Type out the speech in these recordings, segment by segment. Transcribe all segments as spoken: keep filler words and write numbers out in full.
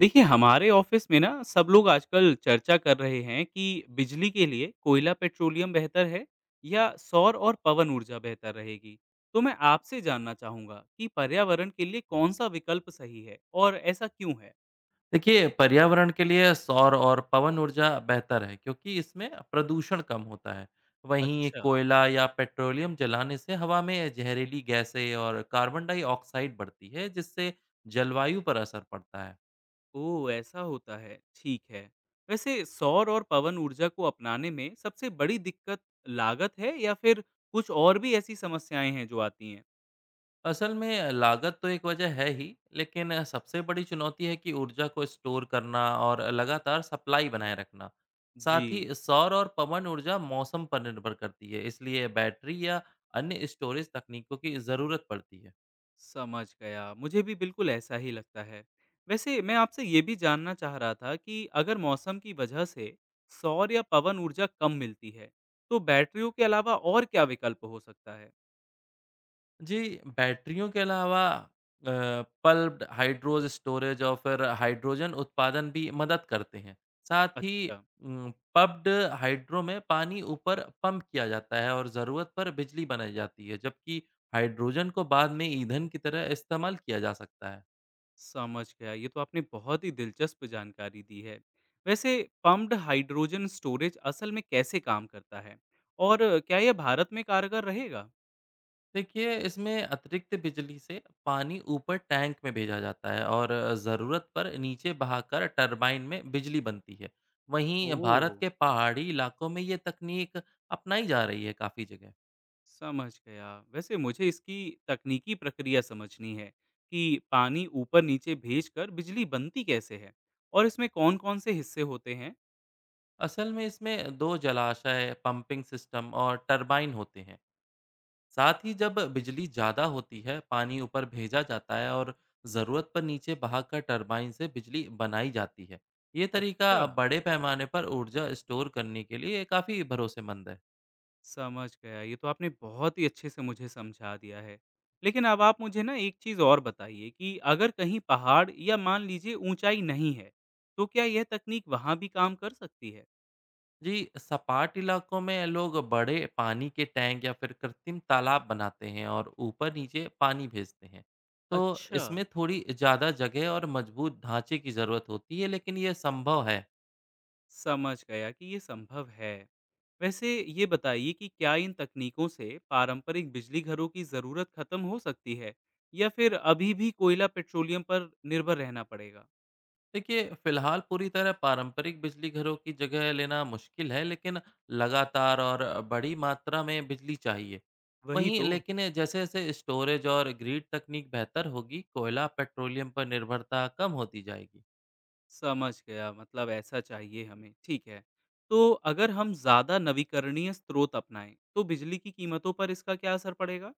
देखिए हमारे ऑफिस में ना सब लोग आजकल चर्चा कर रहे हैं कि बिजली के लिए कोयला पेट्रोलियम बेहतर है या सौर और पवन ऊर्जा बेहतर रहेगी। तो मैं आपसे जानना चाहूंगा कि पर्यावरण के लिए कौन सा विकल्प सही है और ऐसा क्यों है। देखिए, पर्यावरण के लिए सौर और पवन ऊर्जा बेहतर है क्योंकि इसमें प्रदूषण कम होता है। वहीं अच्छा। कोयला या पेट्रोलियम जलाने से हवा में जहरीली गैसें और कार्बन डाइऑक्साइड बढ़ती है, जिससे जलवायु पर असर पड़ता है। ओ ऐसा होता है, ठीक है। वैसे सौर और पवन ऊर्जा को अपनाने में सबसे बड़ी दिक्कत लागत है या फिर कुछ और भी ऐसी समस्याएं हैं जो आती हैं? असल में लागत तो एक वजह है ही, लेकिन सबसे बड़ी चुनौती है कि ऊर्जा को स्टोर करना और लगातार सप्लाई बनाए रखना। जी। साथ ही सौर और पवन ऊर्जा मौसम पर निर्भर करती है, इसलिए बैटरी या अन्य स्टोरेज तकनीकों की ज़रूरत पड़ती है। समझ गया। मुझे भी बिल्कुल ऐसा ही लगता है। वैसे मैं आपसे ये भी जानना चाह रहा था कि अगर मौसम की वजह से सौर या पवन ऊर्जा कम मिलती है, तो बैटरियों के अलावा और क्या विकल्प हो सकता है? जी, बैटरियों के अलावा अ, पल्प्ड हाइड्रोज स्टोरेज और फिर हाइड्रोजन उत्पादन भी मदद करते हैं। साथ ही अच्छा, उम, पप्ड हाइड्रो में पानी ऊपर पंप किया जाता है और ज़रूरत पर बिजली बनाई जाती है, जबकि हाइड्रोजन को बाद में ईंधन की तरह इस्तेमाल किया जा सकता है। समझ गया। ये तो आपने बहुत ही दिलचस्प जानकारी दी है। वैसे पम्प्ड हाइड्रोजन स्टोरेज असल में कैसे काम करता है? और क्या यह भारत में कारगर रहेगा? देखिए, इसमें अतिरिक्त बिजली से पानी ऊपर टैंक में भेजा जाता है और ज़रूरत पर नीचे बहाकर टरबाइन में बिजली बनती है। वहीं ओह! भारत के पहाड़ी इलाकों में ये तकनीक अपनाई जा रही है काफ़ी जगह। समझ गया। वैसे मुझे इसकी तकनीकी प्रक्रिया समझनी है कि पानी ऊपर-नीचे भेजकर बिजली बनती कैसे है और इसमें कौन-कौन से हिस्से होते हैं? असल में इसमें दो जलाशय, पंपिंग सिस्टम और टरबाइन होते हैं। साथ ही जब बिजली ज़्यादा होती है, पानी ऊपर भेजा जाता है और ज़रूरत पर नीचे बहाकर टरबाइन से बिजली बनाई जाती है। ये तरीका अच्छा, बड़े पैमाने पर ऊर्जा स्टोर करने के लिए काफ़ी भरोसेमंद है। समझ गया। ये तो आपने बहुत ही अच्छे से मुझे समझा दिया है। लेकिन अब आप मुझे ना एक चीज़ और बताइए कि अगर कहीं पहाड़ या मान लीजिए ऊँचाई नहीं है, तो क्या यह तकनीक वहाँ भी काम कर सकती है? जी, सपाट इलाकों में लोग बड़े पानी के टैंक या फिर कृत्रिम तालाब बनाते हैं और ऊपर-नीचे पानी भेजते हैं। तो अच्छा। इसमें थोड़ी ज़्यादा जगह और मजबूत ढांचे की ज़रूरत होती है, लेकिन ये संभव है। समझ गया कि ये संभव है। वैसे ये बताइए कि क्या इन तकनीकों से पारंपरिक बिजली घरों की ज़रूरत खत्म हो सकती है या फिर अभी भी कोयला पेट्रोलियम पर निर्भर रहना पड़ेगा? देखिए, फिलहाल पूरी तरह पारंपरिक बिजली घरों की जगह लेना मुश्किल है, लेकिन लगातार और बड़ी मात्रा में बिजली चाहिए। वही वहीं, तो। लेकिन जैसे जैसे स्टोरेज और ग्रिड तकनीक बेहतर होगी, कोयला पेट्रोलियम पर निर्भरता कम होती जाएगी। समझ गया, मतलब ऐसा चाहिए हमें, ठीक है। तो अगर हम ज़्यादा नवीकरणीय स्रोत अपनाएं तो बिजली की कीमतों पर इसका क्या असर पड़ेगा?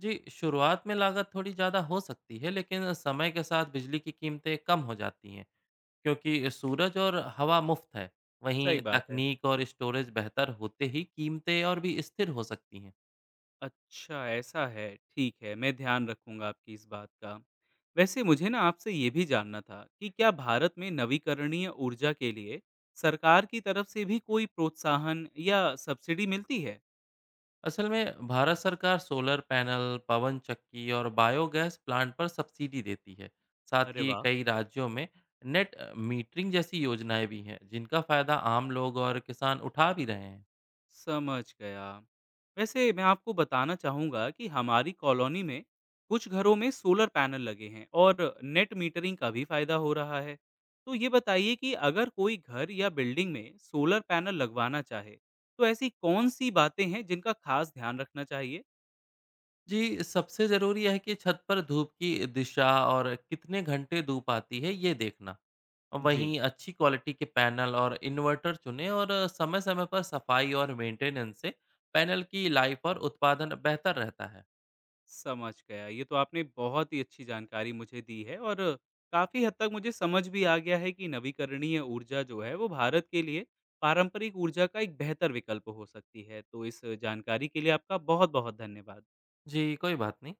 जी, शुरुआत में लागत थोड़ी ज़्यादा हो सकती है, लेकिन समय के साथ बिजली की कीमतें कम हो जाती हैं, क्योंकि सूरज और हवा मुफ्त है। सही वहीं बात है। तकनीक और स्टोरेज बेहतर होते ही कीमतें और भी स्थिर हो सकती हैं। अच्छा, ऐसा है। ठीक है, मैं ध्यान रखूँगा आपकी इस बात का। वैसे मुझे ना आपसे ये भी जानना था कि क्या भारत में नवीकरणीय ऊर्जा के लिए सरकार की तरफ से भी कोई प्रोत्साहन या सब्सिडी मिलती है? असल में भारत सरकार सोलर पैनल, पवन चक्की और बायोगैस प्लांट पर सब्सिडी देती है। साथ अरे ही वाह! कई राज्यों में नेट अ, मीटरिंग जैसी योजनाएं भी हैं, जिनका फायदा आम लोग और किसान उठा भी रहे हैं। समझ गया। वैसे मैं आपको बताना चाहूँगा कि हमारी कॉलोनी में कुछ घरों में सोलर पैनल लगे हैं और नेट मीटरिंग का भी फायदा हो रहा है। तो ये बताइए कि अगर कोई घर या बिल्डिंग में सोलर पैनल लगवाना चाहे, तो ऐसी कौन सी बातें हैं जिनका खास ध्यान रखना चाहिए? जी, सबसे जरूरी है कि छत पर धूप की दिशा और कितने घंटे धूप आती है, ये देखना। जी। वहीं अच्छी क्वालिटी के पैनल और इन्वर्टर चुनें, और समय-समय पर सफाई और मेंटेनेंस से पैनल की लाइफ और उत्पादन बेहतर रहता है। समझ गया। ये तो आपने बहुत ही अच्छी जानकारी मुझे दी है और काफ़ी हद तक मुझे समझ भी आ गया है कि नवीकरणीय ऊर्जा जो है वो भारत के लिए पारंपरिक ऊर्जा का एक बेहतर विकल्प हो सकती है। तो इस जानकारी के लिए आपका बहुत-बहुत धन्यवाद। जी, कोई बात नहीं।